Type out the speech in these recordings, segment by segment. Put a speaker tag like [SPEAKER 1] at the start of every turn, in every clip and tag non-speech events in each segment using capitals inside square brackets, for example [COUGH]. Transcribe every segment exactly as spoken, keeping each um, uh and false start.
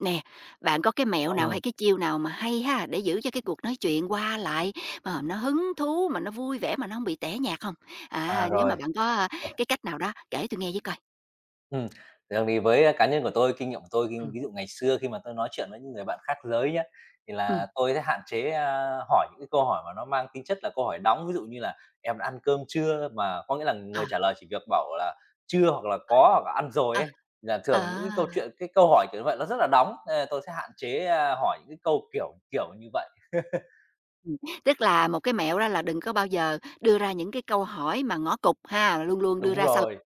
[SPEAKER 1] Nè, bạn có cái mẹo nào hay
[SPEAKER 2] Ừm,
[SPEAKER 1] cái chiêu nào mà hay ha, để giữ cho cái cuộc nói chuyện qua lại mà nó hứng thú, mà nó vui vẻ, mà nó không bị tẻ nhạt không? À,
[SPEAKER 2] à,
[SPEAKER 1] nếu mà
[SPEAKER 2] rồi,
[SPEAKER 1] bạn có, a, cái cách nào đó kể tôi nghe với coi.
[SPEAKER 2] ừm. Thường thì với, a, cá nhân của tôi, kinh nghiệm của tôi,
[SPEAKER 1] Ừ,
[SPEAKER 2] ví dụ ngày xưa khi mà tôi nói chuyện với những người bạn khác giới nhá, thì
[SPEAKER 1] ừ,
[SPEAKER 2] là tôi sẽ hạn chế, a, hỏi những cái câu hỏi mà nó mang tính chất là câu hỏi đóng. Ví dụ như là "Em đã ăn cơm chưa?" mà có nghĩa là
[SPEAKER 1] ờ.
[SPEAKER 2] người trả lời chỉ việc bảo là "Chưa" hoặc là "Có" hoặc là "Ăn rồi"
[SPEAKER 1] Ờ,
[SPEAKER 2] ấy, là
[SPEAKER 1] ờ,
[SPEAKER 2] thường những cái câu chuyện cái câu hỏi kiểu như vậy nó rất là đóng, nên là tôi sẽ hạn chế, a, hỏi những cái câu kiểu kiểu như vậy. [LAUGHS]
[SPEAKER 1] ừm, tức là một cái mẹo đó là đừng có bao giờ đưa ra những cái câu hỏi mà ngõ cụt ha, luôn luôn đưa
[SPEAKER 2] Đúng
[SPEAKER 1] ra sao
[SPEAKER 2] rồi,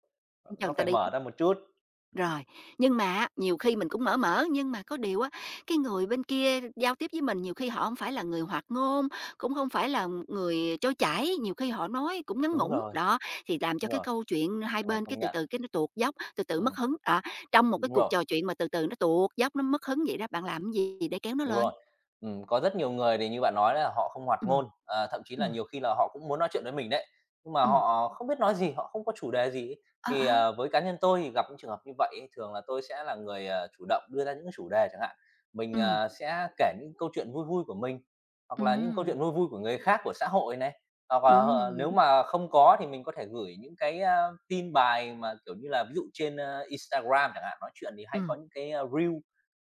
[SPEAKER 1] cho
[SPEAKER 2] nó
[SPEAKER 1] người ta
[SPEAKER 2] phải
[SPEAKER 1] đi.
[SPEAKER 2] mở ra một chút.
[SPEAKER 1] Rồi, nhưng mà á, nhiều khi mình cũng mở mở, nhưng mà có điều á, cái người bên kia giao tiếp với mình nhiều khi họ không phải là người hoạt ngôn, cũng không phải là người trôi chảy, nhiều khi họ nói cũng ngắn
[SPEAKER 2] Đúng
[SPEAKER 1] ngủn,
[SPEAKER 2] rồi,
[SPEAKER 1] đó, thì làm cho
[SPEAKER 2] đúng
[SPEAKER 1] cái
[SPEAKER 2] rồi,
[SPEAKER 1] câu chuyện hai
[SPEAKER 2] cái này
[SPEAKER 1] bên cái
[SPEAKER 2] công
[SPEAKER 1] từ
[SPEAKER 2] nhận.
[SPEAKER 1] từ cái nó tuột dốc, từ từ mất
[SPEAKER 2] Ừm,
[SPEAKER 1] hứng. Đó, trong một cái
[SPEAKER 2] đúng
[SPEAKER 1] cuộc
[SPEAKER 2] rồi.
[SPEAKER 1] trò chuyện mà từ từ nó tuột dốc, nó mất hứng vậy đó, bạn làm cái gì để kéo nó
[SPEAKER 2] Đúng
[SPEAKER 1] lên?
[SPEAKER 2] rồi. Ừm, có rất nhiều người thì như bạn nói là họ không hoạt
[SPEAKER 1] Ừ,
[SPEAKER 2] ngôn, ờ, thậm chí
[SPEAKER 1] ừ,
[SPEAKER 2] là nhiều khi là họ cũng muốn nói chuyện với mình đấy, nhưng mà
[SPEAKER 1] ừ,
[SPEAKER 2] họ không biết nói gì, họ không có chủ đề gì ấy.
[SPEAKER 1] ờ,
[SPEAKER 2] Thì,
[SPEAKER 1] ờ,
[SPEAKER 2] ờ, với cá nhân tôi thì gặp những trường hợp như vậy ấy, thường là tôi sẽ là người, ờ, chủ động đưa ra những chủ đề chẳng hạn. Mình,
[SPEAKER 1] ừ,
[SPEAKER 2] ờ, sẽ kể những câu chuyện vui vui của mình, hoặc
[SPEAKER 1] ừ,
[SPEAKER 2] là những câu chuyện vui vui của người khác, của xã hội này, hoặc là h nếu
[SPEAKER 1] ừ,
[SPEAKER 2] mà không có thì mình có thể gửi những cái, a, tin bài mà, kiểu như là, ví dụ trên, ơ, Instagram chẳng hạn, nói chuyện thì hay
[SPEAKER 1] ừ,
[SPEAKER 2] có những cái, a, Reel.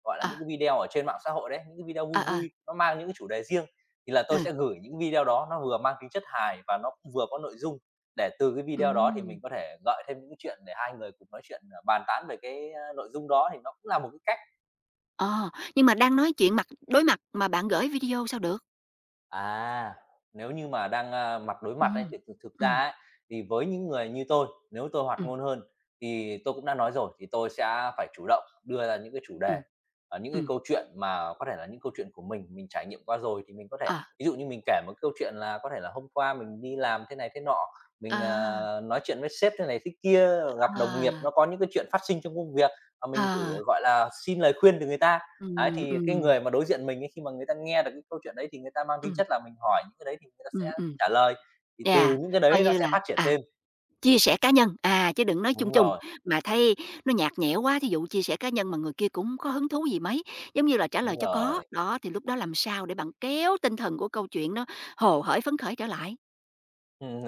[SPEAKER 2] Gọi là,
[SPEAKER 1] ờ,
[SPEAKER 2] những cái video ở trên mạng xã hội đấy, những cái video
[SPEAKER 1] ờ,
[SPEAKER 2] vui
[SPEAKER 1] ờ,
[SPEAKER 2] vui, nó mang những cái chủ đề riêng, thì là tôi
[SPEAKER 1] ừ,
[SPEAKER 2] sẽ gửi những video đó nó vừa mang tính chất hài và nó cũng vừa có nội dung, để từ cái video đó thì
[SPEAKER 1] ừm.
[SPEAKER 2] mình có thể gợi thêm những cái chuyện để hai người cùng nói chuyện, ờ, bàn tán về cái, a, nội dung đó thì nó cũng là một cái cách.
[SPEAKER 1] Ờ, nhưng mà đang nói chuyện mặt đối mặt mà bạn gửi video sao được?
[SPEAKER 2] À, nếu như mà đang, a, mặt đối mặt ấy,
[SPEAKER 1] Ừm,
[SPEAKER 2] thì thực thực ra
[SPEAKER 1] ừm,
[SPEAKER 2] ấy, thì với những người như tôi, nếu tôi hoạt
[SPEAKER 1] ừm,
[SPEAKER 2] ngôn hơn thì tôi cũng đã nói rồi, thì tôi sẽ phải chủ động đưa ra những cái chủ đề,
[SPEAKER 1] ừm,
[SPEAKER 2] ờ, những cái
[SPEAKER 1] ừm,
[SPEAKER 2] câu chuyện mà có thể là những câu chuyện của mình, mình trải nghiệm qua rồi thì mình có thể
[SPEAKER 1] ờ,
[SPEAKER 2] ví dụ như mình kể một câu chuyện là có thể là hôm qua mình đi làm thế này thế nọ, mình,
[SPEAKER 1] à,
[SPEAKER 2] ờ, nói chuyện với sếp thế này thế kia, gặp đồng
[SPEAKER 1] ờ,
[SPEAKER 2] nghiệp nó có những cái chuyện phát sinh trong công việc, mà mình
[SPEAKER 1] ờ,
[SPEAKER 2] thử, gọi là, xin lời khuyên từ người ta. Đấy,
[SPEAKER 1] ừm,
[SPEAKER 2] thì cái
[SPEAKER 1] ừm,
[SPEAKER 2] người mà đối diện mình ấy, khi mà người ta nghe được cái câu chuyện đấy thì người ta mang tính
[SPEAKER 1] ừm,
[SPEAKER 2] chất là mình hỏi những cái đấy thì người ta sẽ
[SPEAKER 1] ừm, ừm,
[SPEAKER 2] trả lời, thì từ
[SPEAKER 1] yeah,
[SPEAKER 2] những cái
[SPEAKER 1] coi
[SPEAKER 2] đấy nó
[SPEAKER 1] như
[SPEAKER 2] sẽ
[SPEAKER 1] là,
[SPEAKER 2] phát triển
[SPEAKER 1] à,
[SPEAKER 2] thêm.
[SPEAKER 1] chia sẻ cá nhân, à, chứ đừng nói chung
[SPEAKER 2] Đúng
[SPEAKER 1] chung,
[SPEAKER 2] rồi,
[SPEAKER 1] mà thấy nó nhạt nhẽo quá, thí dụ chia sẻ cá nhân mà người kia cũng có hứng thú gì mấy, giống như là trả lời
[SPEAKER 2] đúng
[SPEAKER 1] cho có.
[SPEAKER 2] rồi.
[SPEAKER 1] Đó, thì lúc đó làm sao để bạn kéo tinh thần của câu chuyện nó hồ hởi phấn khởi trở lại?
[SPEAKER 2] Ừm,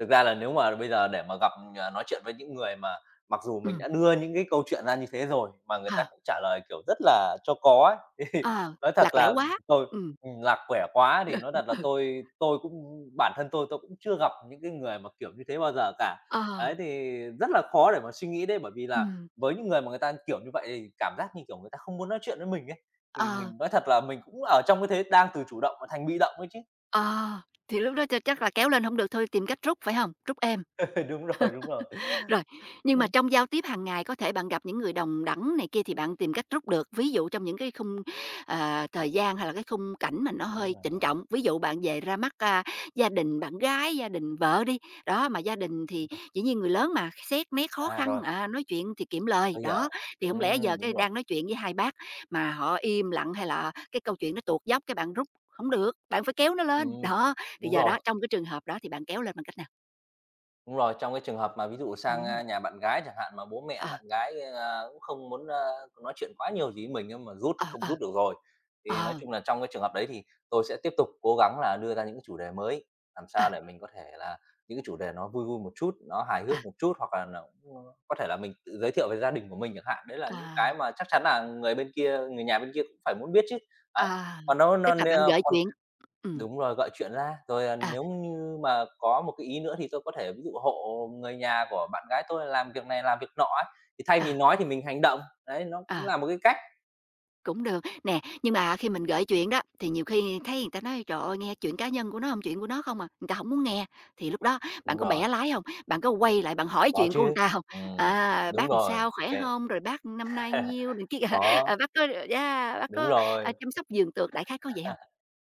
[SPEAKER 2] thực ra là nếu mà bây giờ để mà gặp, à, nói chuyện với những người mà mặc dù mình
[SPEAKER 1] Ừm,
[SPEAKER 2] đã đưa những cái câu chuyện ra như thế rồi mà người ta
[SPEAKER 1] ờ,
[SPEAKER 2] cũng trả lời, kiểu, rất là cho có ấy, [LAUGHS] thì
[SPEAKER 1] ờ,
[SPEAKER 2] nói thật
[SPEAKER 1] lạc lẽo
[SPEAKER 2] là
[SPEAKER 1] quá,
[SPEAKER 2] tôi
[SPEAKER 1] ừm,
[SPEAKER 2] ừm, lạc quẻ quá thì nói thật là
[SPEAKER 1] ừ,
[SPEAKER 2] tôi tôi cũng bản thân tôi, tôi cũng chưa gặp những cái người mà kiểu như thế bao giờ cả.
[SPEAKER 1] ờ.
[SPEAKER 2] Ấy, thì rất là khó để mà suy nghĩ đấy, bởi vì là
[SPEAKER 1] Ừm,
[SPEAKER 2] với những người mà người ta, kiểu như vậy, thì cảm giác như kiểu người ta không muốn nói chuyện với mình ấy, thì
[SPEAKER 1] ờ,
[SPEAKER 2] mình nói thật là mình cũng ở trong cái thế đang từ chủ động mà thành bị động ấy chứ.
[SPEAKER 1] ờ, thì lúc đó ch chắc là kéo lên hổng được thôi tìm cách rút, phải hông? Rút êm.
[SPEAKER 2] [LAUGHS] Đúng rồi, đúng rồi.
[SPEAKER 1] Rồi, nhưng mà
[SPEAKER 2] Ừm.
[SPEAKER 1] trong giao tiếp hàng ngày có thể bạn gặp những người đồng đẳng này kia thì bạn tìm cách rút được. Ví dụ trong những cái khung, ờ, thời gian hay là cái khung cảnh mà nó
[SPEAKER 2] Đúng
[SPEAKER 1] hơi trịnh
[SPEAKER 2] rồi.
[SPEAKER 1] trọng, ví dụ bạn về ra mắt, a, gia đình bạn gái, gia đình vợ đi, đó, mà gia đình thì dĩ nhiên người lớn mà, xét nét khó
[SPEAKER 2] À,
[SPEAKER 1] khăn,
[SPEAKER 2] rồi,
[SPEAKER 1] à, nói chuyện thì kiệm lời,
[SPEAKER 2] tôi
[SPEAKER 1] đó.
[SPEAKER 2] hiểu.
[SPEAKER 1] Thì không lẽ giờ
[SPEAKER 2] Ừm,
[SPEAKER 1] cái
[SPEAKER 2] đúng rồi.
[SPEAKER 1] đang nói chuyện với hai bác mà họ im lặng hay là cái câu chuyện nó tuột dốc cái bạn rút không được, bạn phải kéo nó lên.
[SPEAKER 2] Ừm,
[SPEAKER 1] Đó, thì
[SPEAKER 2] đúng
[SPEAKER 1] giờ
[SPEAKER 2] rồi,
[SPEAKER 1] đó, trong cái trường hợp đó thì bạn kéo lên bằng cách nào?
[SPEAKER 2] đúng rồi. Trong cái trường hợp mà ví dụ sang,
[SPEAKER 1] Ừm,
[SPEAKER 2] a, nhà bạn gái chẳng hạn, mà bố mẹ
[SPEAKER 1] ờ,
[SPEAKER 2] bạn gái, a, cũng không muốn, a, nói chuyện quá nhiều gì với mình nhưng mà rút thì
[SPEAKER 1] ờ,
[SPEAKER 2] không
[SPEAKER 1] ờ,
[SPEAKER 2] rút được rồi. Thì nói
[SPEAKER 1] ờ.
[SPEAKER 2] chung là trong cái trường hợp đấy thì tôi sẽ tiếp tục cố gắng là đưa ra những cái chủ đề mới, làm sao
[SPEAKER 1] À,
[SPEAKER 2] để mình có thể là những cái chủ đề nó vui vui một chút, nó hài
[SPEAKER 1] à,
[SPEAKER 2] hước một chút, hoặc là nó cũng, ơ, có thể là mình tự giới thiệu về gia đình của mình chẳng hạn. Đấy là những
[SPEAKER 1] à,
[SPEAKER 2] cái mà chắc chắn là người bên kia người nhà bên kia cũng phải muốn biết chứ. Đấy,
[SPEAKER 1] à,
[SPEAKER 2] còn nó
[SPEAKER 1] tức
[SPEAKER 2] nó n
[SPEAKER 1] là bạn gợi chuyện. Ừm,
[SPEAKER 2] Đúng rồi, gọi chuyện ra, rồi, à,
[SPEAKER 1] à,
[SPEAKER 2] nếu như mà có một cái ý nữa thì tôi có thể ví dụ hộ người nhà của bạn gái tôi làm việc này làm việc nọ ấy, thì thay vì
[SPEAKER 1] à,
[SPEAKER 2] nói thì mình hành động, đấy, nó cũng
[SPEAKER 1] à,
[SPEAKER 2] là một cái cách.
[SPEAKER 1] cũng được. Nè, nhưng mà khi mình gợi chuyện đó, thì nhiều khi thấy người ta nói: "Trời ơi, nghe chuyện cá nhân của nó hông, chuyện của nó không à", người ta hổng muốn nghe. Thì lúc đó bạn
[SPEAKER 2] Đúng
[SPEAKER 1] có
[SPEAKER 2] rồi,
[SPEAKER 1] bẻ lái hông? Bạn có quay lại bạn hỏi
[SPEAKER 2] có
[SPEAKER 1] chuyện của người
[SPEAKER 2] chứ.
[SPEAKER 1] ta hông?
[SPEAKER 2] Ừm,
[SPEAKER 1] À,
[SPEAKER 2] đúng
[SPEAKER 1] "Bác làm
[SPEAKER 2] rồi,
[SPEAKER 1] sao, khỏe
[SPEAKER 2] cái
[SPEAKER 1] hông? Rồi bác năm nay
[SPEAKER 2] [LAUGHS]
[SPEAKER 1] nhiêu?" này kia, [LAUGHS]
[SPEAKER 2] có,
[SPEAKER 1] à, "Bác có yeah, bác
[SPEAKER 2] đúng
[SPEAKER 1] có, à,
[SPEAKER 2] rồi.
[SPEAKER 1] chăm sóc vườn tược", đại khái có vậy hông?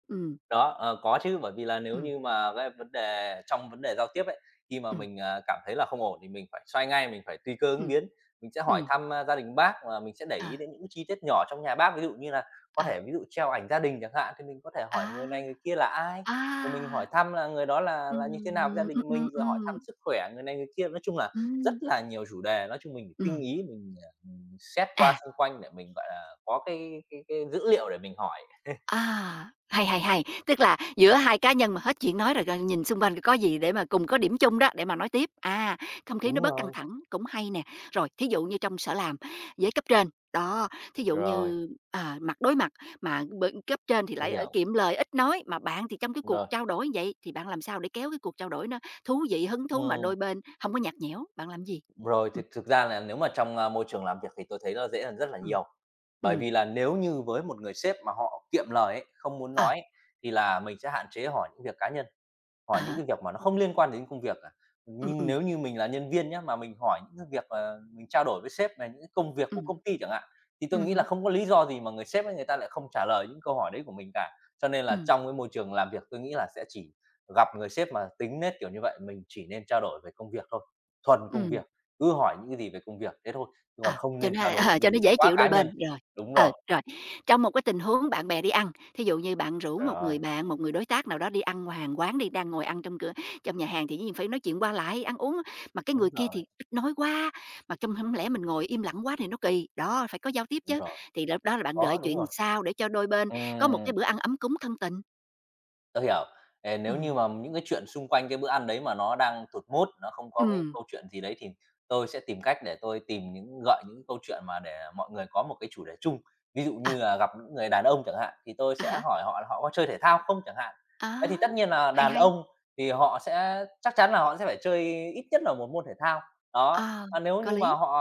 [SPEAKER 1] Ừm,
[SPEAKER 2] Đó, ờ, có chứ, bởi vì là nếu
[SPEAKER 1] ừm,
[SPEAKER 2] như mà cái vấn đề trong vấn đề giao tiếp ấy, khi mà
[SPEAKER 1] ừm,
[SPEAKER 2] mình, à, cảm thấy là không ổn thì mình phải xoay ngay, mình phải tùy cơ ứng
[SPEAKER 1] ừm.
[SPEAKER 2] biến. Mình sẽ hỏi
[SPEAKER 1] Ừm,
[SPEAKER 2] thăm, a, gia đình bác và mình sẽ để
[SPEAKER 1] ờ,
[SPEAKER 2] ý đến những chi tiết nhỏ trong nhà bác, ví dụ như là có
[SPEAKER 1] ờ,
[SPEAKER 2] thể ví dụ treo ảnh gia đình chẳng hạn, thì mình có thể hỏi
[SPEAKER 1] à,
[SPEAKER 2] người này người kia là ai, rồi mình hỏi
[SPEAKER 1] à.
[SPEAKER 2] thăm là người đó là là như thế nào với gia
[SPEAKER 1] Ừm, ừm,
[SPEAKER 2] đình
[SPEAKER 1] ừm,
[SPEAKER 2] mình, rồi hỏi thăm
[SPEAKER 1] ừm,
[SPEAKER 2] sức khỏe người này người kia. Nói chung là rất
[SPEAKER 1] ừm,
[SPEAKER 2] là nhiều chủ đề, nói chung mình phải tinh
[SPEAKER 1] ừm,
[SPEAKER 2] ý, mình, à, ừm, xét qua
[SPEAKER 1] à,
[SPEAKER 2] xung quanh để mình, gọi là, có cái cái cái dữ liệu để mình hỏi.
[SPEAKER 1] à, hay, hay, hay, tức là giữa hai cá nhân mà hết chuyện nói rồi, rồi nhìn xung quanh có gì để mà cùng có điểm chung đó, để mà nói tiếp, à, không khí nó
[SPEAKER 2] Đúng
[SPEAKER 1] bớt căng
[SPEAKER 2] rồi,
[SPEAKER 1] thẳng cũng hay nè. Rồi, thí dụ như trong sở làm với cấp trên, đó, thí dụ
[SPEAKER 2] rồi,
[SPEAKER 1] như, à, mặt đối mặt mà bên cấp trên thì
[SPEAKER 2] tôi
[SPEAKER 1] lại, ờ,
[SPEAKER 2] hiểu.
[SPEAKER 1] kiệm lời, ít nói, mà bạn thì trong cái cuộc
[SPEAKER 2] Rồi,
[SPEAKER 1] trao đổi như vậy thì bạn làm sao để kéo cái cuộc trao đổi nó thú vị, hứng thú mà
[SPEAKER 2] ừm,
[SPEAKER 1] đôi bên hông có nhạt nhẽo, bạn làm gì?
[SPEAKER 2] rồi
[SPEAKER 1] Ừm,
[SPEAKER 2] thực thực ra là nếu mà trong, a, môi trường làm việc thì tôi thấy nó dễ hơn rất là
[SPEAKER 1] ừm.
[SPEAKER 2] nhiều. Bởi
[SPEAKER 1] Ừm,
[SPEAKER 2] vì là nếu như với một người sếp mà họ kiệm lời ấy, không muốn
[SPEAKER 1] ờ,
[SPEAKER 2] nói ấy, thì là mình sẽ hạn chế hỏi những việc cá nhân. Hỏi những
[SPEAKER 1] à.
[SPEAKER 2] cái việc mà nó không liên quan đến công việc à?
[SPEAKER 1] Ừm,
[SPEAKER 2] Nhưng
[SPEAKER 1] ừm,
[SPEAKER 2] nếu như mình là nhân viên nhé mà mình hỏi những cái việc mà mình trao đổi với sếp về những cái công việc của
[SPEAKER 1] ừm,
[SPEAKER 2] công ty chẳng hạn, thì tôi
[SPEAKER 1] ừm
[SPEAKER 2] nghĩ là
[SPEAKER 1] hứm,
[SPEAKER 2] không có lý do gì mà người sếp ấy người ta lại không trả lời những câu hỏi đấy của mình cả. Cho nên là
[SPEAKER 1] ừm,
[SPEAKER 2] trong cái môi trường làm việc tôi nghĩ là sẽ chỉ gặp người sếp mà tính nết kiểu như vậy, mình chỉ nên trao đổi về công việc thôi, thuần công
[SPEAKER 1] ừm,
[SPEAKER 2] việc, cứ hỏi những cái gì về công việc thế thôi, chứ
[SPEAKER 1] ờ,
[SPEAKER 2] còn không
[SPEAKER 1] cho
[SPEAKER 2] nên
[SPEAKER 1] nó,
[SPEAKER 2] trao đổi
[SPEAKER 1] [LAUGHS] ờ,
[SPEAKER 2] những cái
[SPEAKER 1] cho nó
[SPEAKER 2] gì nó
[SPEAKER 1] dễ
[SPEAKER 2] quá
[SPEAKER 1] chịu đôi
[SPEAKER 2] cá nhân.
[SPEAKER 1] bên, rồi,
[SPEAKER 2] Đúng
[SPEAKER 1] ờ,
[SPEAKER 2] rồi,
[SPEAKER 1] rồi. Trong một cái tình huống bạn bè đi ăn, thí dụ như bạn rủ một
[SPEAKER 2] rồi,
[SPEAKER 1] người bạn, một người đối tác nào đó đi ăn ngoài hàng quán đi, đang ngồi ăn trong cửa trong nhà hàng thì dĩ nhiên phải nói chuyện qua lại, ăn uống, mà cái người
[SPEAKER 2] đúng
[SPEAKER 1] kia thì
[SPEAKER 2] rồi,
[SPEAKER 1] ít nói quá, mà trong hông lẽ mình ngồi im lặng quá thì nó kỳ, đó, phải có giao tiếp
[SPEAKER 2] đúng
[SPEAKER 1] chứ.
[SPEAKER 2] rồi,
[SPEAKER 1] Thì lúc đó là bạn gợi
[SPEAKER 2] có, đúng
[SPEAKER 1] chuyện
[SPEAKER 2] rồi.
[SPEAKER 1] sao để cho đôi bên có một
[SPEAKER 2] Ừm.
[SPEAKER 1] cái bữa ăn ấm cúng thân tình.
[SPEAKER 2] Tôi hiểu. Ờ, nếu
[SPEAKER 1] Ừm,
[SPEAKER 2] như mà những cái chuyện xung quanh cái bữa ăn đấy mà nó đang tụt mood, nó không có cái
[SPEAKER 1] ừm,
[SPEAKER 2] câu chuyện gì đấy thì tôi sẽ tìm cách để tôi tìm những gợi những câu chuyện mà để mọi người có một cái chủ đề chung. Ví dụ
[SPEAKER 1] ờ,
[SPEAKER 2] như là gặp những người đàn ông chẳng hạn, thì tôi
[SPEAKER 1] à
[SPEAKER 2] sẽ
[SPEAKER 1] há,
[SPEAKER 2] hỏi họ là họ có chơi thể thao không chẳng hạn.
[SPEAKER 1] á,
[SPEAKER 2] Thế thì tất nhiên là
[SPEAKER 1] hay
[SPEAKER 2] đàn
[SPEAKER 1] hay,
[SPEAKER 2] ông thì họ sẽ chắc chắn là họ sẽ phải chơi ít nhất là một môn thể thao. Đó,
[SPEAKER 1] ờ,
[SPEAKER 2] à, nếu
[SPEAKER 1] có
[SPEAKER 2] như mà
[SPEAKER 1] lý,
[SPEAKER 2] họ,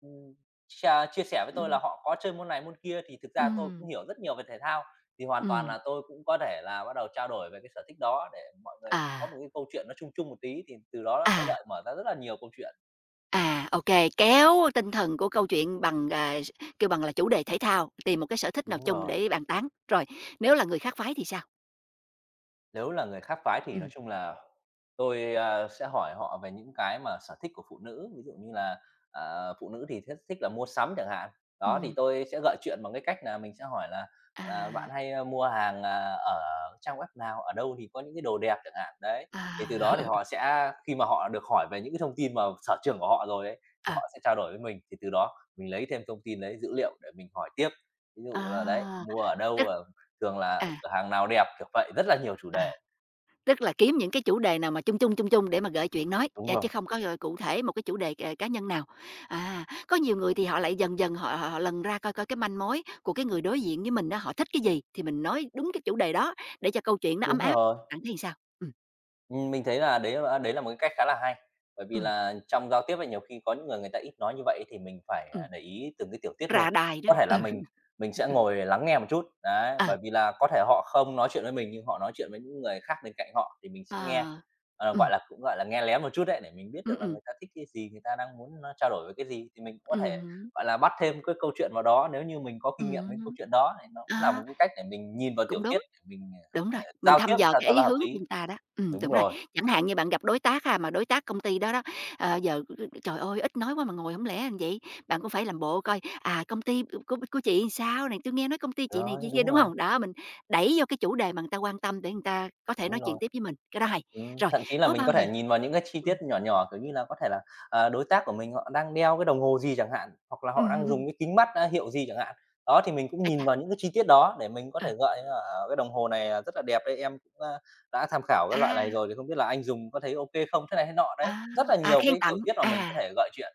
[SPEAKER 2] ừm, ch chia sẻ với tôi
[SPEAKER 1] ừm.
[SPEAKER 2] là họ có chơi môn này môn kia thì thực ra tôi
[SPEAKER 1] Ừm,
[SPEAKER 2] cũng hiểu rất nhiều về thể thao, thì hoàn toàn
[SPEAKER 1] ừm,
[SPEAKER 2] là tôi cũng có thể là bắt đầu trao đổi về cái sở thích đó để mọi người có
[SPEAKER 1] à,
[SPEAKER 2] một cái câu chuyện nó chung chung một tí, thì từ đó nó sẽ
[SPEAKER 1] à,
[SPEAKER 2] gợi mở ra rất là nhiều câu chuyện.
[SPEAKER 1] à, ok, kéo tinh thần của câu chuyện bằng, à, s kêu bằng là, chủ đề thể thao, tìm một cái sở thích nào
[SPEAKER 2] Đúng
[SPEAKER 1] chung
[SPEAKER 2] rồi.
[SPEAKER 1] để bàn tán. Rồi, nếu là người khác phái thì sao?
[SPEAKER 2] Nếu là người khác phái thì nói
[SPEAKER 1] Ừm,
[SPEAKER 2] chung là tôi, a, sẽ hỏi họ về những cái mà sở thích của phụ nữ, ví dụ như là, à, phụ nữ thì thích thích là mua sắm chẳng hạn. Đó, thì
[SPEAKER 1] ừm,
[SPEAKER 2] tôi sẽ gợi chuyện bằng cái cách là mình sẽ hỏi là là "Bạn
[SPEAKER 1] à,
[SPEAKER 2] hay, a, mua hàng, à, ở trang web nào? Ở đâu thì có những cái đồ đẹp?" chẳng hạn. Đấy,
[SPEAKER 1] à,
[SPEAKER 2] thì từ đó thì
[SPEAKER 1] [LAUGHS]
[SPEAKER 2] họ sẽ khi mà họ được hỏi về những cái thông tin mà sở trường của họ rồi ấy, thì
[SPEAKER 1] ờ,
[SPEAKER 2] họ sẽ trao đổi với mình, thì từ đó mình lấy thêm thông tin lấy dữ liệu để mình hỏi tiếp. Ví
[SPEAKER 1] ờ,
[SPEAKER 2] dụ là đấy,
[SPEAKER 1] à,
[SPEAKER 2] mua ở đâu,
[SPEAKER 1] rất
[SPEAKER 2] ờ, thường là
[SPEAKER 1] à,
[SPEAKER 2] cửa hàng nào đẹp, kiểu vậy, rất là nhiều chủ đề.
[SPEAKER 1] à. Tức là kiếm những cái chủ đề nào mà chung chung, chung chung để mà gợi chuyện nói,
[SPEAKER 2] Đúng
[SPEAKER 1] à,
[SPEAKER 2] rồi,
[SPEAKER 1] chứ không có, ờ, cụ thể một cái chủ đề, ờ, cá nhân nào. À, có nhiều người thì họ lại dần dần họ họ họ lần ra coi coi cái manh mối của cái người đối diện với mình đó họ thích cái gì thì mình nói đúng cái chủ đề đó để cho câu chuyện nó ấm
[SPEAKER 2] đúng
[SPEAKER 1] áp.
[SPEAKER 2] rồi.
[SPEAKER 1] Bạn thấy sao? Ừ,
[SPEAKER 2] Ừm, mình thấy là đấy là đấy là một cái cách khá là hay, bởi
[SPEAKER 1] ừ,
[SPEAKER 2] vì là trong giao tiếp ấy, nhiều khi có những người người ta ít nói như vậy thì mình phải,
[SPEAKER 1] ừ,
[SPEAKER 2] à, để ý từng cái tiểu tiết một.
[SPEAKER 1] ra đài đó.
[SPEAKER 2] Có thể
[SPEAKER 1] Ừ,
[SPEAKER 2] là mình mình sẽ ngồi lắng nghe một chút, đấy,
[SPEAKER 1] ờ,
[SPEAKER 2] bởi vì là có thể họ không nói chuyện với mình nhưng họ nói chuyện với những người khác bên cạnh họ thì mình sẽ nghe,
[SPEAKER 1] ờ,
[SPEAKER 2] ờ,
[SPEAKER 1] ừm,
[SPEAKER 2] gọi là, cũng, gọi là, nghe lén một chút đấy, để mình biết
[SPEAKER 1] ừm,
[SPEAKER 2] được là
[SPEAKER 1] ừm,
[SPEAKER 2] người ta thích cái gì, người ta đang muốn, ơ, trao đổi với cái gì thì mình cũng có
[SPEAKER 1] ừm
[SPEAKER 2] thể,
[SPEAKER 1] hứm,
[SPEAKER 2] gọi là, bắt thêm cái câu chuyện vào đó nếu như mình có kinh nghiệm với câu
[SPEAKER 1] ừm
[SPEAKER 2] chuyện đó, thì nó cũng là một cái cách để mình nhìn vào tiểu
[SPEAKER 1] cũng đúng.
[SPEAKER 2] tiết để mình
[SPEAKER 1] Đúng rồi, mình
[SPEAKER 2] giao tiếp
[SPEAKER 1] thăm
[SPEAKER 2] làm
[SPEAKER 1] dò
[SPEAKER 2] sao
[SPEAKER 1] cái
[SPEAKER 2] cho
[SPEAKER 1] ý
[SPEAKER 2] nó
[SPEAKER 1] hướng
[SPEAKER 2] hợp lý.
[SPEAKER 1] của người ta đó. Ừm,
[SPEAKER 2] Đúng
[SPEAKER 1] đúng rồi,
[SPEAKER 2] rồi,
[SPEAKER 1] chẳng hạn như bạn gặp đối tác à mà đối tác công ty đó đó, ờ, giờ, ừ, ừ, trời ơi, ít nói quá mà ngồi không lẽ làm vậy, bạn cũng phải làm bộ coi, à, công ty của của chị sao này, tôi nghe nói công ty chị này
[SPEAKER 2] rồi,
[SPEAKER 1] kia kia,
[SPEAKER 2] đúng
[SPEAKER 1] đúng
[SPEAKER 2] rồi,
[SPEAKER 1] không? Đó, mình đẩy vô cái chủ đề mà người ta quan tâm để người ta có thể nói
[SPEAKER 2] đúng
[SPEAKER 1] chuyện
[SPEAKER 2] rồi.
[SPEAKER 1] tiếp với mình, cái đó hay.
[SPEAKER 2] Ừm,
[SPEAKER 1] Rồi,
[SPEAKER 2] thậm chí là
[SPEAKER 1] có
[SPEAKER 2] mình
[SPEAKER 1] bao
[SPEAKER 2] có
[SPEAKER 1] giờ
[SPEAKER 2] thể nhìn vào những cái chi
[SPEAKER 1] ừm,
[SPEAKER 2] tiết nhỏ nhỏ, kiểu như là, có thể là, ờ, đối tác của mình họ đang đeo cái đồng hồ gì chẳng hạn, hoặc là
[SPEAKER 1] ừm,
[SPEAKER 2] họ
[SPEAKER 1] ừm,
[SPEAKER 2] đang
[SPEAKER 1] ừm,
[SPEAKER 2] dùng cái kính mắt, a, hiệu gì chẳng hạn. Đó, thì mình cũng
[SPEAKER 1] ái chà,
[SPEAKER 2] nhìn vào những cái chi tiết đó để mình có
[SPEAKER 1] ờ,
[SPEAKER 2] thể gợi ra, ờ, "Cái đồng hồ này, à, rất là đẹp đấy, em cũng, a, đã tham khảo cái loại
[SPEAKER 1] à,
[SPEAKER 2] này rồi thì không biết là anh dùng có thấy ô kê không?" Thế này thế nọ đấy.
[SPEAKER 1] à,
[SPEAKER 2] Rất là
[SPEAKER 1] à,
[SPEAKER 2] nhiều
[SPEAKER 1] khen
[SPEAKER 2] cái tiểu
[SPEAKER 1] tặng,
[SPEAKER 2] tiết mà mình có
[SPEAKER 1] à.
[SPEAKER 2] thể gợi chuyện.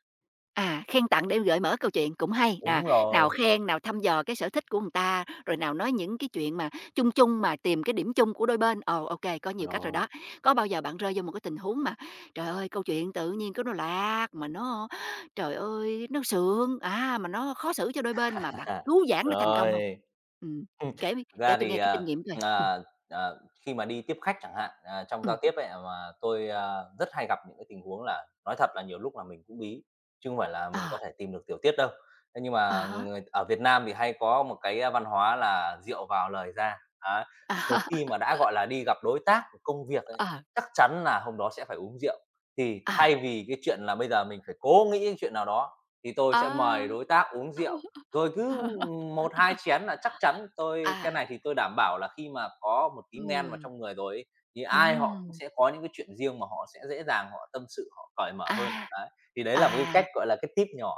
[SPEAKER 1] À, khen tặng để gợi mở câu chuyện cũng hay, à,
[SPEAKER 2] Đúng rồi,
[SPEAKER 1] nào khen, nào thăm dò cái sở thích của người ta, rồi nào nói những cái chuyện mà chung chung mà tìm cái điểm chung của đôi bên. Ồ, ok, có nhiều cách rồi
[SPEAKER 2] rồi.
[SPEAKER 1] đó. Có bao giờ bạn rơi vô một cái tình huống mà, trời ơi, câu chuyện tự nhiên cái nó lạc, mà nó, trời ơi, nó sượng, à, mà nó khó xử cho đôi bên mà
[SPEAKER 2] [LAUGHS]
[SPEAKER 1] bạn
[SPEAKER 2] À,
[SPEAKER 1] cứu vãn nó thành công không?
[SPEAKER 2] rồi.
[SPEAKER 1] Ừm,
[SPEAKER 2] Ừm,
[SPEAKER 1] kể
[SPEAKER 2] thực
[SPEAKER 1] kể
[SPEAKER 2] ra
[SPEAKER 1] tui
[SPEAKER 2] thì,
[SPEAKER 1] nghe cái kinh
[SPEAKER 2] ờ,
[SPEAKER 1] nghiệm coi. Ừm,
[SPEAKER 2] ờ, ờ, khi mà đi tiếp khách chẳng hạn, à, trong
[SPEAKER 1] ừm,
[SPEAKER 2] giao tiếp ấy, ờ, mà tôi, ờ, rất hay gặp những cái tình huống là nói thật là nhiều lúc là mình cũng bí, chứ không phải là mình
[SPEAKER 1] ờ,
[SPEAKER 2] có thể tìm được tiểu tiết đâu. Thế nhưng
[SPEAKER 1] à
[SPEAKER 2] mà
[SPEAKER 1] há,
[SPEAKER 2] người ở Việt Nam thì hay có một cái, ờ, văn hóa là rượu vào lời ra, á.
[SPEAKER 1] à
[SPEAKER 2] Một
[SPEAKER 1] há,
[SPEAKER 2] khi mà đã, gọi là, đi gặp đối tác của công việc ấy,
[SPEAKER 1] ờ,
[SPEAKER 2] chắc chắn là hôm đó sẽ phải uống rượu. Thì
[SPEAKER 1] à,
[SPEAKER 2] thay
[SPEAKER 1] à.
[SPEAKER 2] vì cái chuyện là bây giờ mình phải cố nghĩ cái chuyện nào đó, thì tôi sẽ mời đối tác uống rượu rồi cứ,
[SPEAKER 1] [LAUGHS]
[SPEAKER 2] một hai chén là chắc chắn tôi cái
[SPEAKER 1] À,
[SPEAKER 2] này thì tôi đảm bảo là khi mà có một tí men vào
[SPEAKER 1] ừm,
[SPEAKER 2] trong người rồi ấy, thì ai họ cũng
[SPEAKER 1] ừm.
[SPEAKER 2] sẽ có những cái chuyện riêng mà họ sẽ dễ dàng họ tâm sự, họ cởi mở hơn.
[SPEAKER 1] À,
[SPEAKER 2] Đấy, thì đấy là một cái
[SPEAKER 1] à,
[SPEAKER 2] cách, gọi là, cái tip nhỏ.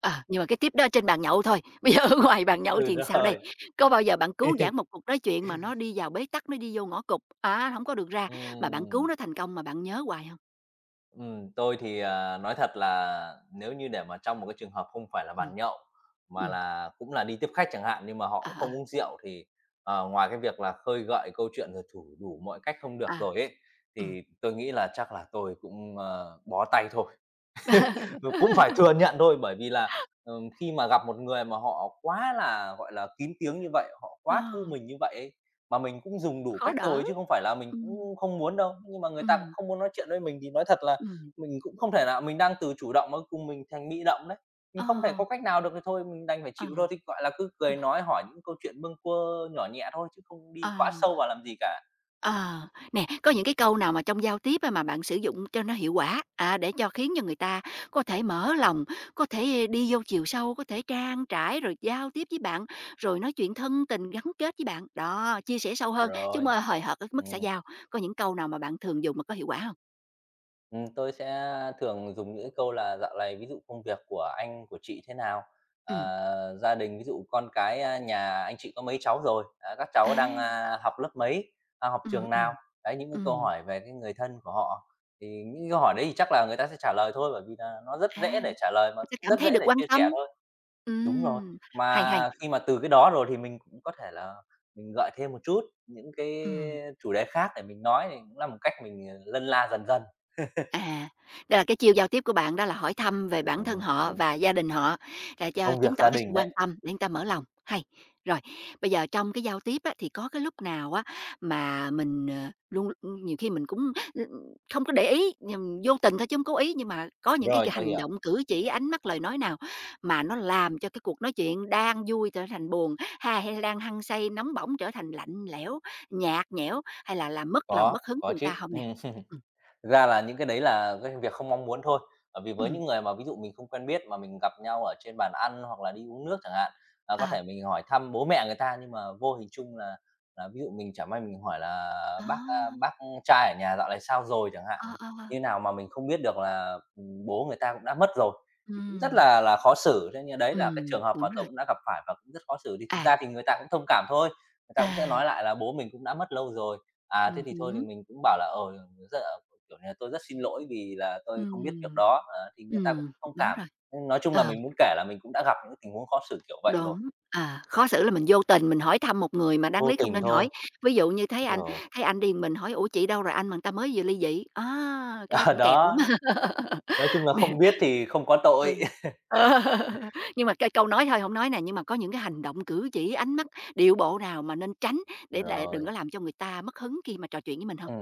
[SPEAKER 1] ờ, nhưng mà cái tip đó trên bàn nhậu thôi, [LAUGHS] bây giờ ở ngoài bàn
[SPEAKER 2] [LAUGHS]
[SPEAKER 1] nhậu
[SPEAKER 2] Ừ,
[SPEAKER 1] thì sao đây?
[SPEAKER 2] rồi.
[SPEAKER 1] Có bao giờ bạn cứu
[SPEAKER 2] [LAUGHS]
[SPEAKER 1] vãn một cuộc nói chuyện mà nó đi vào bế tắc, nó đi vô ngõ cụt, à hổng có được ra, mà bạn cứu
[SPEAKER 2] Ừm.
[SPEAKER 1] nó thành công mà bạn nhớ hoài hông?
[SPEAKER 2] Ừm, tôi thì, à, nói thật là nếu như để mà trong một cái trường hợp không phải là
[SPEAKER 1] Ừm.
[SPEAKER 2] bàn nhậu, mà
[SPEAKER 1] Ừm,
[SPEAKER 2] là cũng là đi tiếp khách chẳng hạn, nhưng mà họ
[SPEAKER 1] ờ,
[SPEAKER 2] cũng
[SPEAKER 1] ờ,
[SPEAKER 2] không uống rượu thì, ờ, ngoài cái việc là khơi gợi câu chuyện rồi thủ đủ mọi cách không
[SPEAKER 1] à,
[SPEAKER 2] được rồi ấy,
[SPEAKER 1] ừm.
[SPEAKER 2] thì tôi nghĩ là chắc là tôi cũng, ờ, bó tay thôi. Ờ, cũng phải
[SPEAKER 1] [LAUGHS]
[SPEAKER 2] thừa nhận thôi, bởi vì là, ừm, khi mà gặp một người mà họ quá là, gọi là, kín tiếng như vậy, họ
[SPEAKER 1] Ờ,
[SPEAKER 2] quá thu mình như vậy ấy, mà mình cũng dùng đủ
[SPEAKER 1] khó
[SPEAKER 2] cách rồi
[SPEAKER 1] đỡ,
[SPEAKER 2] chứ không phải là mình
[SPEAKER 1] ừm,
[SPEAKER 2] cũng không muốn đâu. Nhưng mà người ta cũng
[SPEAKER 1] ừm,
[SPEAKER 2] không muốn nói chuyện với mình thì nói thật là
[SPEAKER 1] ừm,
[SPEAKER 2] mình cũng không thể nào mình đang từ chủ động mà cùng mình thành bị động đấy.
[SPEAKER 1] ờ,
[SPEAKER 2] Mình không thể có cách nào được thì thôi, mình đành phải
[SPEAKER 1] ờ,
[SPEAKER 2] chịu thôi, thì, gọi là, cứ cười nói hỏi những câu chuyện bâng quơ nhỏ nhẹ thôi chứ không đi quá
[SPEAKER 1] ờ.
[SPEAKER 2] sâu vào làm gì cả.
[SPEAKER 1] Ờ, nè, có những cái câu nào mà trong giao tiếp á mà bạn sử dụng cho nó hiệu quả, à, để cho khiến cho người ta có thể mở lòng, có thể đi vô chiều sâu, có thể trang trải rồi giao tiếp với bạn, rồi nói chuyện thân tình gắn kết với bạn, đó, chia sẻ sâu hơn, chứ hông
[SPEAKER 2] Rồi.
[SPEAKER 1] ơ hời hợt ở cái mức xã
[SPEAKER 2] Ừm.
[SPEAKER 1] giao. Có những câu nào mà bạn thường dùng mà có hiệu quả không?
[SPEAKER 2] Ừm, tôi sẽ thường dùng những cái câu là "Dạo này ví dụ công việc của anh, của chị thế nào?
[SPEAKER 1] Ừm,
[SPEAKER 2] Ờ, gia đình, ví dụ con cái, a, nhà anh chị có mấy cháu rồi? Á, các
[SPEAKER 1] à,
[SPEAKER 2] cháu đang, a, học lớp mấy? À, học
[SPEAKER 1] ừm,
[SPEAKER 2] trường nào?"
[SPEAKER 1] ừm,
[SPEAKER 2] Đấy, những cái câu
[SPEAKER 1] ừm,
[SPEAKER 2] hỏi về cái người thân của họ, thì những cái câu hỏi đấy thì chắc là người ta sẽ trả lời thôi, bởi vì là nó rất
[SPEAKER 1] à,
[SPEAKER 2] dễ để trả lời mà
[SPEAKER 1] người ta
[SPEAKER 2] cũng
[SPEAKER 1] cảm
[SPEAKER 2] rất dễ
[SPEAKER 1] thấy được
[SPEAKER 2] để
[SPEAKER 1] quan
[SPEAKER 2] chia sẻ
[SPEAKER 1] tâm.
[SPEAKER 2] thôi. Đúng rồi,
[SPEAKER 1] Ừm, hay,
[SPEAKER 2] mà
[SPEAKER 1] hay,
[SPEAKER 2] khi mà từ cái đó rồi thì mình cũng có thể là mình gợi thêm một chút những cái
[SPEAKER 1] ừm.
[SPEAKER 2] chủ đề khác để mình nói, thì cũng là một cách mình, ờ, lân la dần dần.
[SPEAKER 1] À, đó là cái chiêu giao tiếp của bạn đó là hỏi thăm về bản
[SPEAKER 2] Đúng
[SPEAKER 1] thân họ
[SPEAKER 2] rồi.
[SPEAKER 1] và gia đình họ, để cho
[SPEAKER 2] Công
[SPEAKER 1] chứng
[SPEAKER 2] việc
[SPEAKER 1] tỏ
[SPEAKER 2] gia
[SPEAKER 1] cái sự
[SPEAKER 2] đình
[SPEAKER 1] quan
[SPEAKER 2] đấy.
[SPEAKER 1] tâm để người ta mở lòng, hay. Rồi, bây giờ trong cái giao tiếp á, thì có cái lúc nào á, mà mình, ờ, luôn nhiều khi mình cũng, ưm, không có để ý, nhưng vô tình thôi chứ không cố ý, nhưng mà có những cái
[SPEAKER 2] Rồi, tôi
[SPEAKER 1] hành
[SPEAKER 2] hiểu.
[SPEAKER 1] động, cử chỉ, ánh mắt, lời nói nào mà nó làm cho cái cuộc nói chuyện đang vui trở thành buồn, ha hay đang hăng say, nóng bỏng trở thành lạnh lẽo, nhạt nhẽo, hay là làm mất lòng,
[SPEAKER 2] Có,
[SPEAKER 1] mất hứng của
[SPEAKER 2] có
[SPEAKER 1] người
[SPEAKER 2] chứ.
[SPEAKER 1] ta không nè?
[SPEAKER 2] Ừm,
[SPEAKER 1] Ừm,
[SPEAKER 2] Thực ra là những cái đấy là cái việc không mong muốn thôi, bởi vì với
[SPEAKER 1] ừm,
[SPEAKER 2] những người mà ví dụ mình không quen biết mà mình gặp nhau ở trên bàn ăn hoặc là đi uống nước chẳng hạn, à, có
[SPEAKER 1] ờ.
[SPEAKER 2] thể mình hỏi thăm bố mẹ người ta nhưng mà vô hình chung là là ví dụ mình chả may mình hỏi là
[SPEAKER 1] Ờ,
[SPEAKER 2] "Bác, a, bác trai ở nhà dạo này sao rồi?" chẳng hạn,
[SPEAKER 1] ờ, ờ, ờ.
[SPEAKER 2] như nào mà mình không biết được là, ừm, bố người ta cũng đã mất rồi, thì cũng rất
[SPEAKER 1] Ừm,
[SPEAKER 2] là là khó xử. Thế nên đấy là cái
[SPEAKER 1] ừm,
[SPEAKER 2] trường hợp
[SPEAKER 1] đúng
[SPEAKER 2] mà tôi
[SPEAKER 1] rồi.
[SPEAKER 2] cũng đã gặp phải và cũng rất khó xử, thì thực
[SPEAKER 1] À,
[SPEAKER 2] ra thì người ta cũng thông cảm thôi, người ta cũng sẽ
[SPEAKER 1] à,
[SPEAKER 2] nói lại là "Bố mình cũng đã mất lâu rồi." À, thế
[SPEAKER 1] ừm
[SPEAKER 2] thì thôi thì
[SPEAKER 1] hứm,
[SPEAKER 2] mình cũng bảo là "Ờ, giờ kiểu như là "Tôi rất xin lỗi vì là tôi không biết việc
[SPEAKER 1] ừm,
[SPEAKER 2] đó." Ờ, thì người ta cũng
[SPEAKER 1] ừm,
[SPEAKER 2] thông
[SPEAKER 1] đúng
[SPEAKER 2] cảm.
[SPEAKER 1] rồi,
[SPEAKER 2] Nhưng nói chung là
[SPEAKER 1] ờ,
[SPEAKER 2] mình muốn kể là mình cũng đã gặp những tình huống khó xử kiểu vậy rồi,
[SPEAKER 1] đúng, à, khó xử là mình vô tình mình hỏi thăm một người mà đáng
[SPEAKER 2] vô
[SPEAKER 1] lý không
[SPEAKER 2] tình
[SPEAKER 1] nên
[SPEAKER 2] thôi.
[SPEAKER 1] hỏi. Ví dụ như thấy
[SPEAKER 2] Đúng
[SPEAKER 1] anh
[SPEAKER 2] rồi.
[SPEAKER 1] thấy anh đi một mình hỏi: "Ủa, chị đâu rồi anh?" mà người ta mới vừa ly dị, á, cái
[SPEAKER 2] [LAUGHS]
[SPEAKER 1] đó
[SPEAKER 2] Ờ,
[SPEAKER 1] cũng kẹt lắm.
[SPEAKER 2] đó,
[SPEAKER 1] [LAUGHS]
[SPEAKER 2] nói chung là
[SPEAKER 1] Nè.
[SPEAKER 2] không biết thì không có
[SPEAKER 1] Ừ.
[SPEAKER 2] tội. [LAUGHS]
[SPEAKER 1] Ờ, [LAUGHS] nhưng mà cái câu nói thôi hổng nói nè, nhưng mà có những cái hành động cử chỉ, ánh mắt, điệu bộ nào mà nên tránh để lại đừng
[SPEAKER 2] Rồi.
[SPEAKER 1] có làm cho người ta mất hứng khi mà trò chuyện với mình hông?
[SPEAKER 2] Ừ.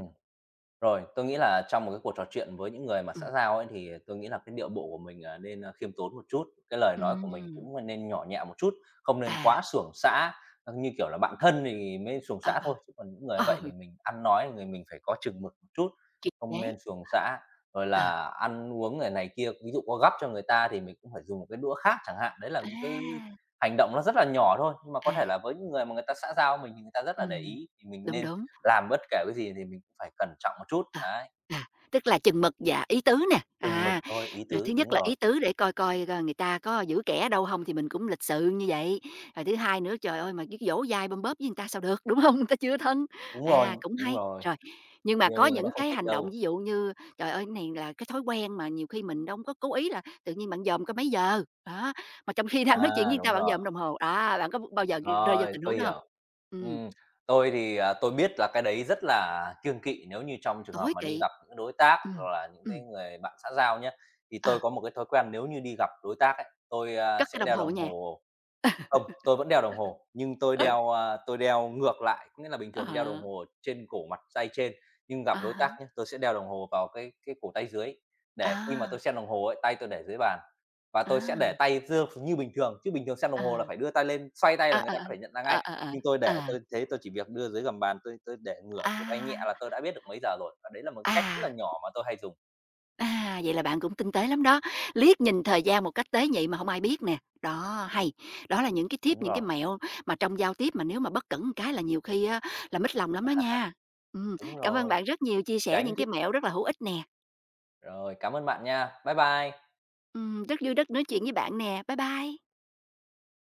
[SPEAKER 2] Rồi, tôi nghĩ là trong một cái cuộc trò chuyện với những người mà
[SPEAKER 1] Ừm.
[SPEAKER 2] xã giao ấy, thì tôi nghĩ là cái điệu bộ của mình, à, nên, a, khiêm tốn một chút, cái lời nói của mình
[SPEAKER 1] Ừm,
[SPEAKER 2] cũng, nên nhỏ nhẹ một chút, không nên
[SPEAKER 1] à,
[SPEAKER 2] quá suồng xã. Ờ, như kiểu là bạn thân thì mới suồng
[SPEAKER 1] ờ,
[SPEAKER 2] xã
[SPEAKER 1] ờ,
[SPEAKER 2] thôi, chứ còn những người như vậy
[SPEAKER 1] ờ,
[SPEAKER 2] thì mình ăn nói người mình phải có chừng mực một chút,
[SPEAKER 1] kiềm
[SPEAKER 2] không
[SPEAKER 1] chế.
[SPEAKER 2] nên suồng xã. Rồi
[SPEAKER 1] Ờ,
[SPEAKER 2] là ăn uống này này kia, ví dụ có gắp cho người ta thì mình cũng phải dùng một cái đũa khác chẳng hạn, đấy là những cái
[SPEAKER 1] à,
[SPEAKER 2] hành động nó rất là nhỏ thôi, nhưng mà có
[SPEAKER 1] à,
[SPEAKER 2] thể là với những người mà người ta xã giao mình thì người ta rất là để
[SPEAKER 1] ừm,
[SPEAKER 2] ý, thì mình
[SPEAKER 1] đúng,
[SPEAKER 2] nên
[SPEAKER 1] đúng.
[SPEAKER 2] làm bất kể cái gì thì mình cũng phải cẩn trọng một chút,
[SPEAKER 1] Ờ,
[SPEAKER 2] đấy,
[SPEAKER 1] à, tức là chừng mực và ý tứ nè,
[SPEAKER 2] chừng mực
[SPEAKER 1] à,
[SPEAKER 2] thôi, ý
[SPEAKER 1] rồi thứ
[SPEAKER 2] tứ,
[SPEAKER 1] nhất
[SPEAKER 2] đúng
[SPEAKER 1] là ý
[SPEAKER 2] rồi,
[SPEAKER 1] tứ để coi coi, ơ, người ta có giữ kẻ đâu không thì mình cũng lịch sự như vậy. Rồi thứ hai nữa, trời ơi, mà cứ dỗ dai bôm bóp với người ta sao được, đúng không? [LAUGHS] Người ta chưa thân,
[SPEAKER 2] đúng rồi,
[SPEAKER 1] à, cũng
[SPEAKER 2] đúng
[SPEAKER 1] hay.
[SPEAKER 2] rồi,
[SPEAKER 1] Rồi, nhưng mà
[SPEAKER 2] nhiều
[SPEAKER 1] có
[SPEAKER 2] người người ta
[SPEAKER 1] những
[SPEAKER 2] không
[SPEAKER 1] cái
[SPEAKER 2] thích
[SPEAKER 1] hành động
[SPEAKER 2] đâu.
[SPEAKER 1] ví dụ như, trời ơi, cái này là cái thói quen mà nhiều khi mình đâu có cố ý là tự nhiên bạn dòm coi mấy giờ, đó, mà trong khi [LAUGHS] đang nói chuyện với
[SPEAKER 2] À,
[SPEAKER 1] người ta
[SPEAKER 2] đúng
[SPEAKER 1] bạn
[SPEAKER 2] rồi,
[SPEAKER 1] dòm đồng hồ, à bạn có bao giờ rơi vào
[SPEAKER 2] rồi,
[SPEAKER 1] tình huống
[SPEAKER 2] tôi
[SPEAKER 1] đó không?
[SPEAKER 2] hiểu.
[SPEAKER 1] Ừm,
[SPEAKER 2] Ừm, tôi thì, à, tôi biết là cái đấy rất là kiêng kỵ nếu như trong trường hợp
[SPEAKER 1] tối
[SPEAKER 2] mà đi
[SPEAKER 1] kỵ,
[SPEAKER 2] gặp những cái đối tác
[SPEAKER 1] ừm,
[SPEAKER 2] hoặc là những cái
[SPEAKER 1] ừm,
[SPEAKER 2] người bạn xã giao nhá, thì
[SPEAKER 1] ờ,
[SPEAKER 2] tôi có một cái thói quen nếu như đi gặp đối tác ấy, tôi, a,
[SPEAKER 1] cất cái
[SPEAKER 2] sẽ
[SPEAKER 1] đồng
[SPEAKER 2] đeo
[SPEAKER 1] hồ ở.
[SPEAKER 2] đồng hồ. Không, tôi vẫn đeo đồng hồ, nhưng tôi
[SPEAKER 1] Ừ,
[SPEAKER 2] đeo, a, tôi đeo ngược lại, có nghĩa là bình thường đeo đồng
[SPEAKER 1] à
[SPEAKER 2] hồ trên cổ mặt tay trên, nhưng gặp đối
[SPEAKER 1] à
[SPEAKER 2] tác nhá, tôi sẽ đeo đồng hồ vào cái cái cổ tay dưới, để khi mà tôi
[SPEAKER 1] há,
[SPEAKER 2] xem đồng hồ ấy, tay tôi để dưới bàn và tôi
[SPEAKER 1] à,
[SPEAKER 2] sẽ để tay dơ như bình thường, chứ bình thường xem
[SPEAKER 1] à,
[SPEAKER 2] đồng hồ là phải đưa tay lên, xoay tay
[SPEAKER 1] à,
[SPEAKER 2] là người
[SPEAKER 1] à,
[SPEAKER 2] ta có thể nhận ra
[SPEAKER 1] à,
[SPEAKER 2] ngay.
[SPEAKER 1] à, à, à,
[SPEAKER 2] Nhưng tôi để tôi thế tôi chỉ việc đưa dưới gầm bàn, tôi tôi để ngửa
[SPEAKER 1] à,
[SPEAKER 2] cổ tay
[SPEAKER 1] à,
[SPEAKER 2] nhẹ là tôi đã biết được mấy giờ rồi, và đấy là một cách rất là
[SPEAKER 1] à,
[SPEAKER 2] nhỏ mà tôi hay dùng.
[SPEAKER 1] à, vậy là bạn cũng tinh tế lắm đó, liếc nhìn thời gian một cách tế nhị mà không ai biết nè. Đó, hay, đó là những cái tip,
[SPEAKER 2] Đúng
[SPEAKER 1] những cái
[SPEAKER 2] rồi,
[SPEAKER 1] mẹo mà trong giao tiếp mà nếu mà bất cẩn một cái là nhiều khi á là mít lòng lắm đó nha.
[SPEAKER 2] [LAUGHS]
[SPEAKER 1] Ừm,
[SPEAKER 2] đúng
[SPEAKER 1] cảm ơn
[SPEAKER 2] rồi,
[SPEAKER 1] bạn rất nhiều chia sẻ
[SPEAKER 2] tránh
[SPEAKER 1] những
[SPEAKER 2] chứ.
[SPEAKER 1] cái mẹo rất là hữu ích nè.
[SPEAKER 2] Rồi, cảm ơn bạn nha. Bye bye.
[SPEAKER 1] Ừm, rất vui rất nói chuyện với bạn nè. Bye bye.